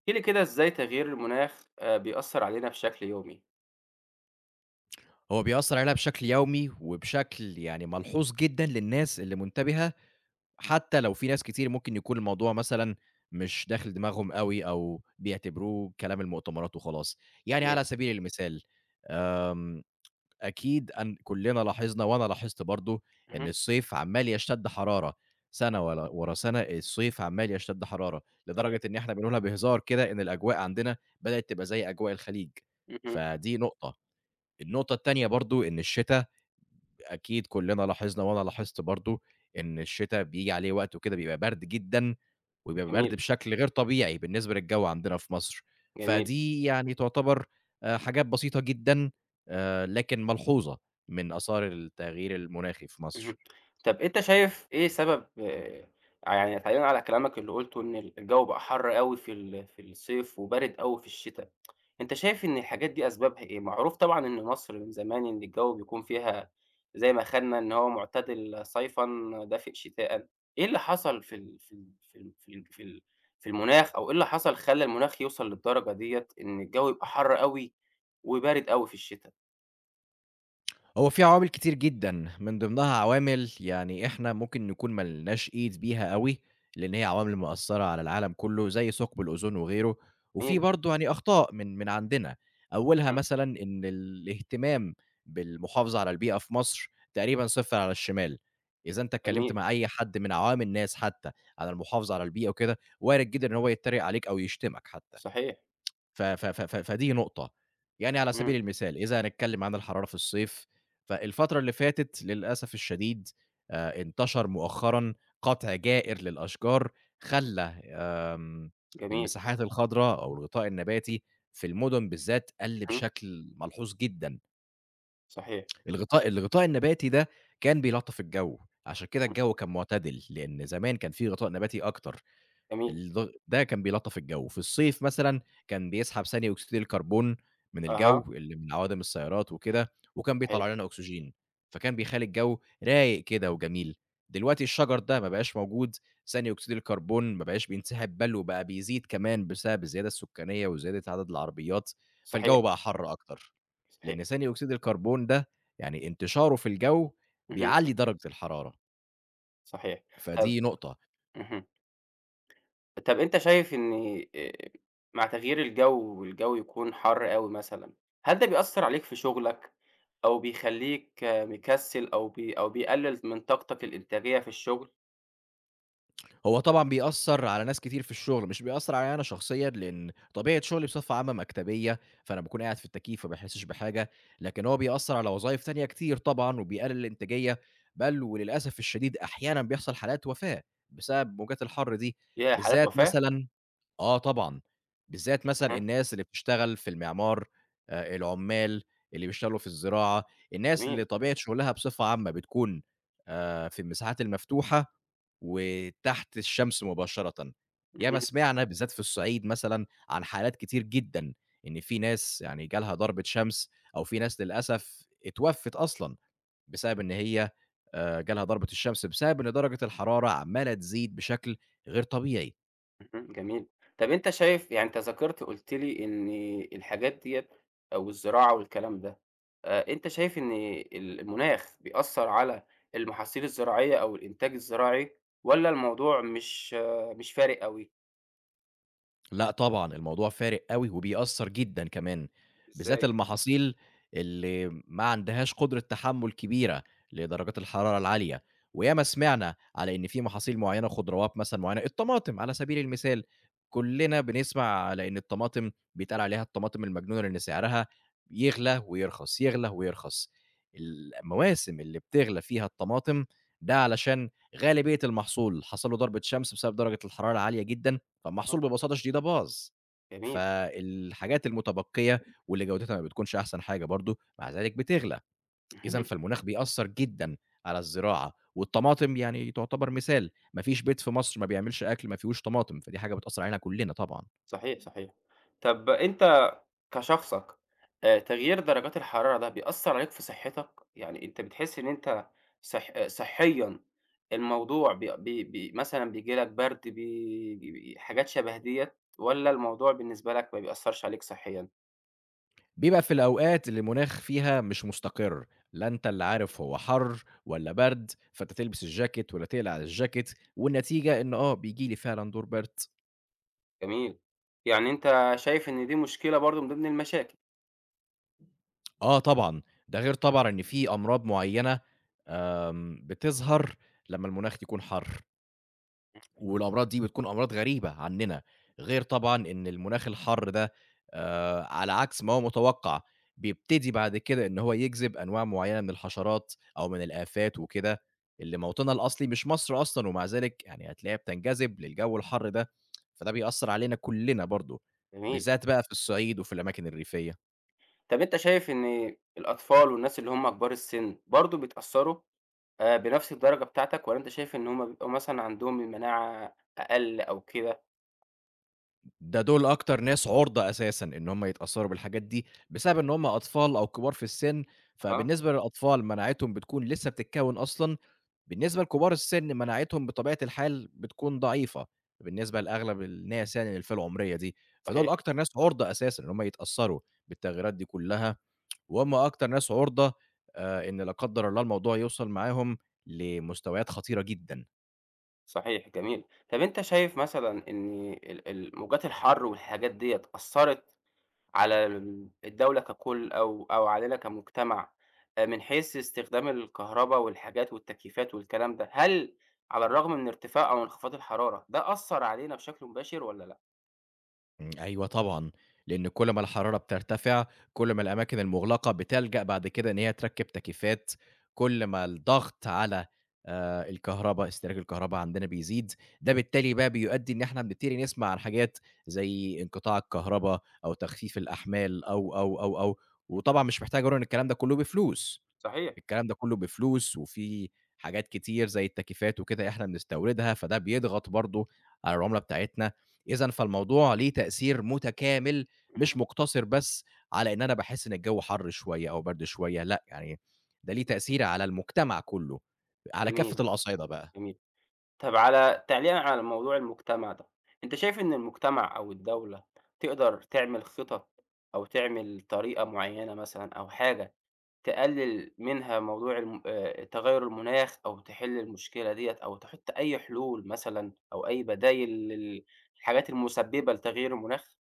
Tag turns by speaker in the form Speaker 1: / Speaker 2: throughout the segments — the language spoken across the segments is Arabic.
Speaker 1: احكِ لي كده إزاي تغيير المناخ بيأثّر علينا بشكل يومي؟
Speaker 2: هو بيأثّر علينا بشكل يومي، وبشكل يعني ملحوظ جدًا للناس اللي منتبهة، حتّى لو في ناس كتير ممكن يكون الموضوع مثلًا مش داخل دماغهم أوي أو بيعتبروه كلام المؤتمرات وخلاص. يعني
Speaker 1: جميل.
Speaker 2: على سبيل المثال، آمم، أكيد أن كُلّنا لاحظنا وأنا لاحظت برضه إن
Speaker 1: اهم،
Speaker 2: الصيف عمّال يشتد حرارة، سَنة ورا سَنة الصيف عمّال يشتد حرارة،
Speaker 1: صحيح.
Speaker 2: لدرجة إن إحنا بنقولها بهزار كده إن الأجواء عندنا بدأت تبقى زي أجواء الخليج،
Speaker 1: اهم،
Speaker 2: فدي نقطة. النقطة التانية برضه إن الشتا أكيد كلّنا لاحظنا وأنا لاحظت برضه إن الشتا بييجي عليه وقت وكده بيبقى برد جدًا، وبيبقى
Speaker 1: جميل،
Speaker 2: برد بشكل غير طبيعي بالنسبة للجو عندنا في مصر،
Speaker 1: جميل.
Speaker 2: فدي يعني تعتبر حاجات بسيطة جدًا لكن ملحوظة من آثار التغيير المناخي في
Speaker 1: اهم.
Speaker 2: مصر.
Speaker 1: طب أنت شايف إيه سبب يعني تعليقًا على كلامك اللي قُلته إن الجو بقى حَر أوي في الصيف وبارد أوي في الشتا، أنت شايف إن الحاجات دي أسبابها إيه؟ معروف طبعًا إن مصر من زمان إن الجو بيكون فيها زي ما خدنا إن هو معتدل صيفًا دافئ شتاءً، إيه اللي حصل في ال في ال في ال في ال في ال في المناخ أو إيه اللي حصل خلّى المناخ يوصل للدرجة ديّة إن الجو يبقى حَر أوي وبارد أوي في الشتا؟
Speaker 2: هو في عوامل كتير جدًا، من ضمنها عوامل يعني إحنا ممكن نكون ما لناش إيد بيها أوي، لإن هي عوامل مأثّرة على العالم كلّه، زي ثقب الأوزون وغيره، وفي
Speaker 1: جميل،
Speaker 2: برضه يعني أخطاء من عندنا، أولها
Speaker 1: إمم،
Speaker 2: مثلًا إن الاهتمام بالمحافظة على البيئة في مصر تقريبًا صفر على الشمال، إذا أنت اتكلّمت
Speaker 1: جميل،
Speaker 2: مع أي حد من عوام الناس حتى على المحافظة على البيئة وكده، وارد جدًا إن هو يتريق عليك أو يشتمك حتى.
Speaker 1: صحيح،
Speaker 2: ف ف ف ف فدي نقطة. يعني على
Speaker 1: إمم،
Speaker 2: سبيل المثال، إذا هنتكلم عن الحرارة في الصيف، فالفترة اللي فاتت للأسف الشديد انتشر مؤخرًا قطع جائر للأشجار، خلّى آمم
Speaker 1: جميل.
Speaker 2: المساحات الخضرا أو الغطاء النباتي في المدن بالذات قَل
Speaker 1: إمم،
Speaker 2: بشكل ملحوظ جدًا.
Speaker 1: صحيح،
Speaker 2: الغطاء النباتي ده كان بيلطّف الجو، عشان كده
Speaker 1: إمم،
Speaker 2: الجو كان معتدل، لإن زمان كان في غطاء نباتي أكتر.
Speaker 1: جميل،
Speaker 2: ده كان بيلطّف الجو، في الصيف مثلًا كان بيسحب ثاني أكسيد الكربون من
Speaker 1: أها،
Speaker 2: الجو اللي من عوادم السيارات وكده، وكان
Speaker 1: صحيح،
Speaker 2: بيطلّع لنا أكسجين، فكان بيخلّي الجو رايق كده وجميل. دلوقتي الشجر ده ما بقاش موجود، ثاني أكسيد الكربون ما بقاش بينسحب بل وبقى بيزيد كمان بسبب الزيادة السكانية وزيادة عدد العربيات،
Speaker 1: صحيح،
Speaker 2: فالجو بقى حَر أكتر،
Speaker 1: صحيح،
Speaker 2: لإن ثاني أكسيد الكربون ده يعني انتشاره في الجو
Speaker 1: اهم،
Speaker 2: بيعلّي درجة الحرارة،
Speaker 1: صحيح، طب
Speaker 2: فدي نقطة.
Speaker 1: اهم، طب أنت شايف إن آآ، مع تغيير الجو والجو يكون حر أوي مثلًا، هل ده بيأثّر عليك في شغلك أو بيخلّيك آه، مكسّل أو بيقلل من طاقتك الإنتاجية في الشغل؟
Speaker 2: هو طبعًا بيأثّر على ناس كتير في الشغل، مش بيأثّر عليَّ أنا شخصيًا، لإن طبيعة شغلي بصفة عامة مكتبية، فأنا باكون قاعد في التكييف فما باحسّش بحاجة، لكن هو بيأثّر على وظايف تانية كتير طبعًا، وبيقلل الإنتاجية، بل وللأسف الشديد أحيانًا بيحصل حالات وفاة بسبب موجات الحر دي،
Speaker 1: ياه! حالات
Speaker 2: بالذات
Speaker 1: وفاة!
Speaker 2: مثلًا آه طبعًا، بالذات مثلًا
Speaker 1: اها،
Speaker 2: الناس اللي بتشتغل في المعمار، العمّال اللي بيشتغلوا في الزراعة، الناس
Speaker 1: جميل،
Speaker 2: اللي طبيعة شغلها بصفة عامة بتكون في المساحات المفتوحة وتحت الشمس مباشرةً. ياما
Speaker 1: اهم.
Speaker 2: سمعنا بالذات في الصعيد مثلًا عن حالات كتير جدًا، إن في ناس يعني جالها ضربة شمس أو في ناس للأسف اتوفت أصلًا، بسبب إن هي جالها ضربة الشمس، بسبب إن درجة الحرارة عمّالة تزيد بشكل غير طبيعي.
Speaker 1: اهم، جميل. طب أنت شايف يعني أنت ذكرت قُلت لي إن الحاجات ديّة أو الزراعة والكلام ده، أنت شايف إن المناخ بيأثّر على المحاصيل الزراعية أو الإنتاج الزراعي والّا الموضوع مش فارق أوي؟
Speaker 2: لأ طبعًا، الموضوع فارق أوي وبيأثّر جدًا كمان، بالذات
Speaker 1: إزاي؟
Speaker 2: المحاصيل اللي ما عندهاش قدرة تحمُّل كبيرة لدرجات الحرارة العالية، وياما سمعنا على إن في محاصيل معيّنة، خضروات مثلًا معيّنة، الطماطم على سبيل المثال، كُلّنا بنسمع على إن الطماطم بيتقال عليها الطماطم المجنونة لإن سعرها يغلى ويرخص، يغلى ويرخص. المواسم اللي بتغلى فيها الطماطم ده علشان غالبية المحصول حصل له ضربة شمس بسبب درجة الحرارة العالية جدًا،
Speaker 1: آه،
Speaker 2: فالمحصول ببساطة شديدة باظ،
Speaker 1: جميل.
Speaker 2: فالحاجات المتبقية واللي جودتها ما بتكونش أحسن حاجة برضه، مع ذلك بتغلى، إذًا
Speaker 1: اهم.
Speaker 2: فالمناخ بيأثّر جدًا على الزراعة، والطماطم يعني تعتبر مثال، ما فيش بيت في مصر ما بيعملش أكل ما فيهوش طماطم، فدي حاجة بتأثّر علينا كلنا طبعًا.
Speaker 1: صحيح، صحيح. طَب أنت كشخصك تغيير درجات الحرارة ده بيأثّر عليك في صحّتك؟ يعني أنت بتحس إن أنت صح آه، صحيًا الموضوع بي بي بي مثلًا بييجي لك برد بي بي حاجات شبه ديّة والّا الموضوع بالنسبة لك ما بيأثّرش عليك صحيًا؟
Speaker 2: بيبقى في الأوقات اللي المناخ فيها مش مستقر، لا أنت اللي عارف هو حَر والّا برد، فأنت تلبس الجاكيت والّا تقلع الجاكيت، والنتيجة إن آه بييجي لي فعلًا دور برد.
Speaker 1: جميل. يعني أنت شايف إن دي مشكلة برضه من ضمن المشاكل،
Speaker 2: آه طبعًا، ده غير طبعًا إن في أمراض معيّنة بتظهر لمّا المناخ يكون حَر، والأمراض دي بتكون أمراض غريبة عنّنا، غير طبعًا إن المناخ الحَر ده على عكس ما هو متوقّع، بيبتدي بعد كده إن هو يجذب أنواع معيّنة من الحشرات أو من الآفات وكده، اللي موطنها الأصلي مش مصر أصلًا، ومع ذلك يعني هتلاقيها بتنجذب للجو الحَر ده، فده بيأثّر علينا كُلّنا برضه،
Speaker 1: جميل.
Speaker 2: بالذات بقى في الصعيد وفي الأماكن الريفية.
Speaker 1: طَب أنت شايف إن الأطفال والناس اللي هم كبار السِن برضه بيتأثّروا؟ بنفْس الدرجة بتاعتك، والّا أنت شايف إن هُم بيبقوا مثلًا عندهم المناعة أقل أو كده؟
Speaker 2: ده دول أكتر ناس عُرضة أساسًا إن هم يتأثّروا بالحاجات دي، بسبب إن هم أطفال أو كبار في السِن،
Speaker 1: آه،
Speaker 2: فبالنسبة للأطفال مناعتهم بتكون لسه بتتكوّن أصلًا، بالنسبة لكبار السِن مناعتهم بطبيعة الحال بتكون ضعيفة، بالنسبة لأغلب الناس يعني الفئة العمرية دي، فدول
Speaker 1: صحيح،
Speaker 2: أكتر ناس عُرضة أساسًا إن هم يتأثّروا بالتغييرات دي كلّها، وهم أكتر ناس عُرضة إن لا قدّر الله الموضوع يوصل معاهم لمستويات خطيرة جدًا.
Speaker 1: صحيح، جميل. طَب أنت شايف مثلًا إن ال موجات الحَر والحاجات ديّة أثّرت على الدولة ككُلّ أو علينا كمجتمع من حيث استخدام الكهربا والحاجات والتكييفات والكلام ده، هل على الرغم من ارتفاع أو انخفاض الحرارة ده أثّر علينا بشكل مباشر والّا لأ؟
Speaker 2: إمم، أيوه طبعًا، لإن كل ما الحرارة بترتفع، كل ما الأماكن المُغلقة بتلجأ بعد كده إن هي تركّب تكييفات، كل ما الضغط على الكهربا، استهلاك الكهربا عندنا بيزيد، ده بالتالي بقى بيؤدّي إن إحنا بنبتدي نسمع عن حاجات زي انقطاع الكهربا أو تخفيف الأحمال أو، وطبعًا مش محتاج أقول إن الكلام ده كُلّه بفلوس.
Speaker 1: صحيح،
Speaker 2: الكلام ده كله بفلوس، وفي حاجات كتير زي التكييفات وكده إحنا بنستوردها، فده بيضغط برضه على العملة بتاعتنا، إذًا فالموضوع ليه تأثير متكامل، مش
Speaker 1: اهم،
Speaker 2: مقتصر بس على إن أنا باحس إن الجو حَر شوية أو برد شوية، لأ، يعني ده ليه تأثير على المجتمع كله، على كافة
Speaker 1: جميل،
Speaker 2: الأصعدة بقى.
Speaker 1: جميل. طب تعليقًا على موضوع المجتمع ده، أنت شايف إن المجتمع أو الدولة تقدر تعمل خطط أو تعمل طريقة معيّنة مثلًا أو حاجة تقلل منها موضوع الم تغيُّر المناخ أو تحل المشكلة ديّة أو تحط أي حلول مثلًا أو أي بدايل للحاجات المسببة لتغيير المناخ؟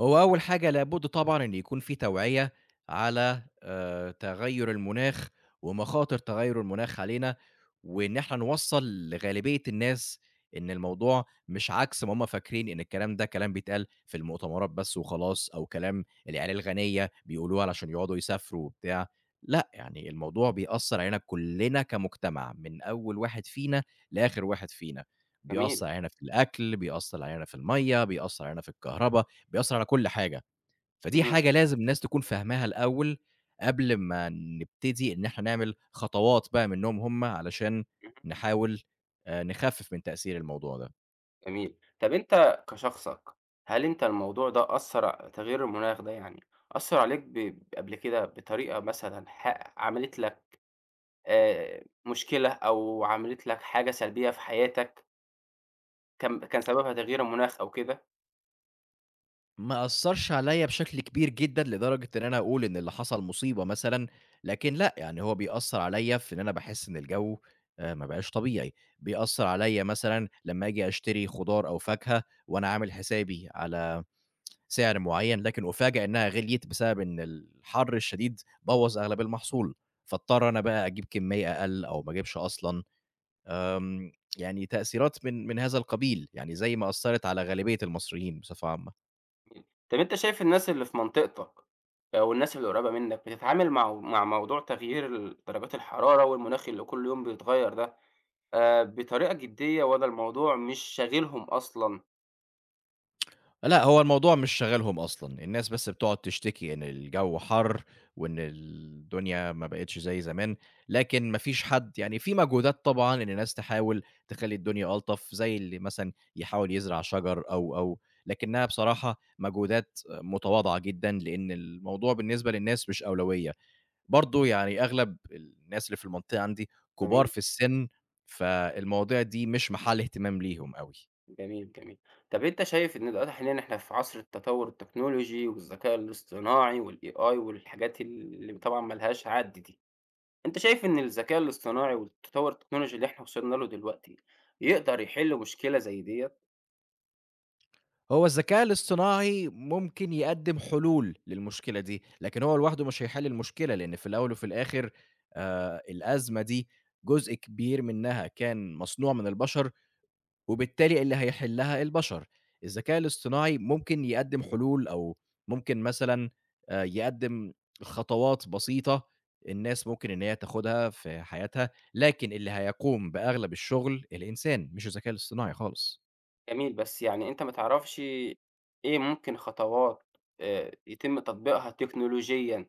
Speaker 2: هو أول حاجة لابد طبعًا إن يكون في توعية على تغيُّر المناخ ومخاطر تغيُّر المناخ علينا، وإن إحنا نوصّل لغالبية الناس إن الموضوع مش عكس ما هم فاكرين، إن الكلام ده كلام بيتقال في المؤتمرات بس وخلاص أو كلام العيال الغنية بيقولوه علشان يقعدوا يسافروا وبتاع، لأ، يعني الموضوع بيأثّر علينا كُلّنا كمجتمع من أول واحد فينا لآخر واحد فينا،
Speaker 1: جميل.
Speaker 2: بيأثّر علينا في الأكل، بيأثّر علينا في المَيّة، بيأثّر علينا في الكهربا، بيأثّر على كل حاجة، فدي
Speaker 1: اهم،
Speaker 2: حاجة لازم الناس تكون فاهماها الأول قبل ما نبتدي إن إحنا نعمل خطوات بقى منّهم هم علشان
Speaker 1: اهم.
Speaker 2: نحاول نخفِّف من تأثير الموضوع ده.
Speaker 1: جميل. طب أنت كشخصك، هل أنت الموضوع ده أثّر ع تغيير المناخ ده يعني أثّر عليك قبل كده بطريقة مثلًا عملت لك مشكلة أو عملت لك حاجة سلبية في حياتك كان سببها تغيير المناخ أو كده؟
Speaker 2: ما أثّرش عليّا بشكل كبير جدًا لدرجة إن أنا أقول إن اللي حصل مصيبة مثلًا، لكن لأ، يعني هو بيأثّر عليّا في إن أنا باحس إن الجَو ما بقاش طبيعي، بيأثّر عليّا مثلًا لمّا آجي أشتري خضار أو فاكهة وأنا عامل حسابي على سعر معين، لكن أُفاجأ إنها غِليت بسبب إن الحَر الشديد بوّظ أغلب المحصول، فاضطر أنا بقى أجيب كمية أقل أو ما أجيبش أصلًا، آمم، يعني تأثيرات من هذا القبيل، يعني زي ما أثّرت على غالبية المصريين بصفة عامة.
Speaker 1: طب أنت شايف الناس اللي في منطقتك أو الناس اللي قريبة منك بتتعامل مع موضوع تغيير درجات الحرارة والمناخ اللي كل يوم بيتغيّر ده بطريقة جدية والّا الموضوع مش شاغلهم أصلًا؟
Speaker 2: لأ، هو الموضوع مش شاغلهم أصلًا، الناس بس بتقعد تشتكي إن الجو حَر وإن الدنيا ما بقِتش زي زمان، لكن ما فيش حد يعني في مجهودات طبعًا إن الناس تحاول تخلّي الدنيا ألطف، زي اللي مثلًا يحاول يزرع شجر أو، لكنها بصراحة مجهودات متواضعة جدًا، لإن الموضوع بالنسبة للناس مش أولوية، برضه يعني أغلب الناس اللي في المنطقة عندي كبار
Speaker 1: جميل.
Speaker 2: في السِن، فالمواضيع دي مش محل اهتمام ليهم أوي.
Speaker 1: جميل، جميل. طب أنت شايف إن دلوقتي حاليًا إحنا في عصر التطور التكنولوجي والذكاء الاصطناعي والAI والحاجات اللي طبعًا ما لهاش حد دي، أنت شايف إن الذكاء الاصطناعي والتطور التكنولوجي اللي إحنا وصلنا له دلوقتي يقدر يحل مشكلة زي ديّة؟
Speaker 2: هو الذكاء الاصطناعي ممكن يقدّم حلول للمشكلة دي، لكن هو لوحده مش هيحل المشكلة، لإن في الأول وفي الآخر الأزمة دي جزء كبير منها كان مصنوع من البشر، وبالتالي اللي هيحلها البشر. الذكاء الاصطناعي ممكن يقدّم حلول أو ممكن مثلًا يقدّم خطوات بسيطة الناس ممكن إن هي تاخدها في حياتها، لكن اللي هيقوم بأغلب الشغل الإنسان، مش الذكاء الاصطناعي خالص.
Speaker 1: جميل، بس يعني أنت ما تعرفش إيه ممكن خطوات يتم تطبيقها تكنولوجيًا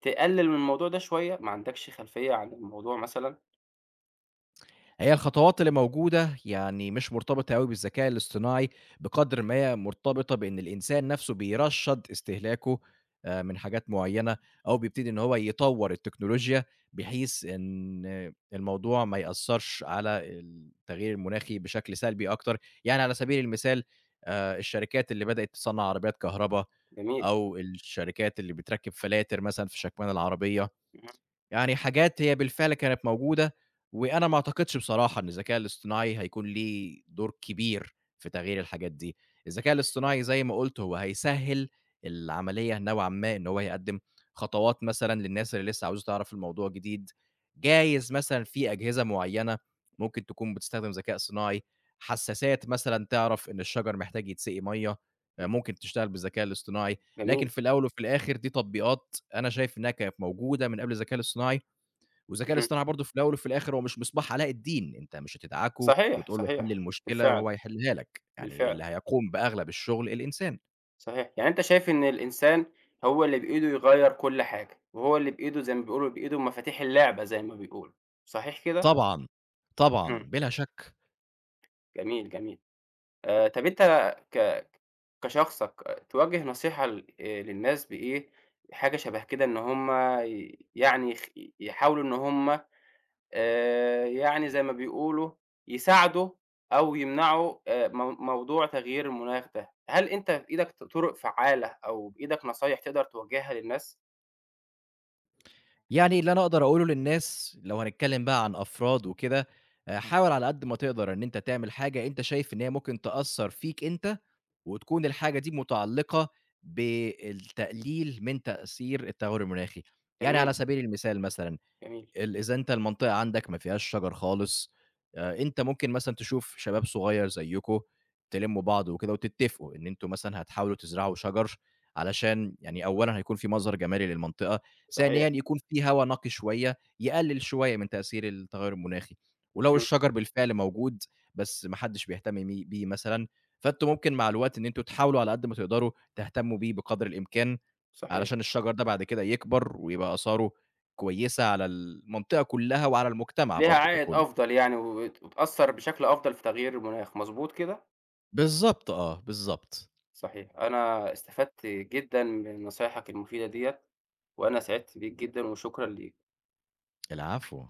Speaker 1: تقلل من الموضوع ده شوية؟ ما عندكش خلفية عن الموضوع مثلًا؟
Speaker 2: هي الخطوات اللي موجودة يعني مش مرتبطة أوي بالذكاء الاصطناعي بقدر ما هي مرتبطة بإن الإنسان نفسه بيرشّد استهلاكه من حاجات معيّنة أو بيبتدي إن هو يطوّر التكنولوجيا بحيث إن الموضوع ما يأثّرش على التغيير المناخي بشكل سلبي أكتر، يعني على سبيل المثال الشركات اللي بدأت تصنّع عربيات كهربا
Speaker 1: جميل،
Speaker 2: أو الشركات اللي بتركّب فلاتر مثلًا في شكمان العربية.
Speaker 1: اهم،
Speaker 2: يعني حاجات هي بالفعل كانت موجودة، وأنا ما أعتقدش بصراحة إن الذكاء الاصطناعي هيكون ليه دور كبير في تغيير الحاجات دي، الذكاء الاصطناعي زي ما قُلت هو هيسهّل العملية نوعًا ما إن هو يقدّم خطوات مثلًا للناس اللي لسه عاوزة تعرف الموضوع جديد، جايز مثلًا في أجهزة معيّنة ممكن تكون بتستخدم ذكاء صناعي، حسّاسات مثلًا تعرف إن الشجر محتاج يتسقي مَيّة، آه، ممكن تشتغل بالذكاء الاصطناعي، لكن
Speaker 1: جميل،
Speaker 2: في الأول وفي الآخر دي تطبيقات أنا شايف إنها كانت موجودة من قبل الذكاء الاصطناعي، والذكاء
Speaker 1: اهم.
Speaker 2: الاصطناعي برضه في الأول وفي الآخر هو مش مصباح علاء الدين، أنت مش هتدعكه
Speaker 1: صحيح،
Speaker 2: وتقول له حل
Speaker 1: صحيح،
Speaker 2: المشكلة
Speaker 1: بالفعل،
Speaker 2: وهو هيحلها لك، يعني
Speaker 1: بالفعل.
Speaker 2: اللي هيقوم بأغلب الشغل الإنسان.
Speaker 1: صحيح. يعني أنت شايف إن الإنسان هو اللي بإيده يغيّر كل حاجة، وهو اللي بإيده زي ما بيقولوا بإيده مفاتيح اللعبة زي ما بيقولوا، صحيح كده؟
Speaker 2: طبعًا، طبعًا،
Speaker 1: إمم.
Speaker 2: بلا شك.
Speaker 1: جميل، جميل. طب أنت ك كشخصك آه، توجّه نصيحة ل للناس بإيه، حاجة شبه كده إن هم يعني يحاولوا إن هم يعني زي ما بيقولوا يساعدوا أو يمنعوا مو موضوع تغيير المناخ ده، هل أنت بإيدك طُرق فعّالة أو بإيدك نصايح تقدر توجّهها للناس؟
Speaker 2: يعني اللي أنا أقدر أقوله للناس لو هنتكلم بقى عن أفراد وكده، حاول على قد ما تقدر إن أنت تعمل حاجة أنت شايف إن هي ممكن تأثّر فيك أنت، وتكون الحاجة دي متعلقة بالتقليل من تأثير التغيّر المناخي، يعني على
Speaker 1: جميل،
Speaker 2: سبيل المثال مثلًا
Speaker 1: جميل،
Speaker 2: إذا أنت المنطقة عندك ما فيهاش شجر خالص، أنت ممكن مثلًا تشوف شباب صغير زيّكم، تلمّوا بعض وكده وتتفقوا إن أنتم مثلًا هتحاولوا تزرعوا شجر، علشان يعني أولًا هيكون في مظهر جمالي للمنطقة،
Speaker 1: صحيح،
Speaker 2: ثانيًا يكون في هوا نقي شوية، يقلل شوية من تأثير التغير المناخي، ولو
Speaker 1: اهم،
Speaker 2: الشجر بالفعل موجود، بس ما حدش بيهتم بيه مثلًا، فأنتم ممكن مع الوقت إن أنتم تحاولوا على قد ما تقدروا تهتموا بيه بقدر الإمكان.
Speaker 1: صحيح،
Speaker 2: علشان الشجر ده بعد كده يكبر ويبقى آثاره كويسة على المنطقة كلّها وعلى المجتمع
Speaker 1: ليها
Speaker 2: برضه
Speaker 1: عائد
Speaker 2: ككل.
Speaker 1: أفضل يعني وبتأثّر بشكل أفضل في تغيير المناخ، مضبوط كده؟
Speaker 2: بالضبط آه، بالضبط.
Speaker 1: صحيح، أنا استفدت جدًا من نصايحك المفيدة ديّة، وأنا سعدت بيك جدًا وشكرًا ليك.
Speaker 2: العفو.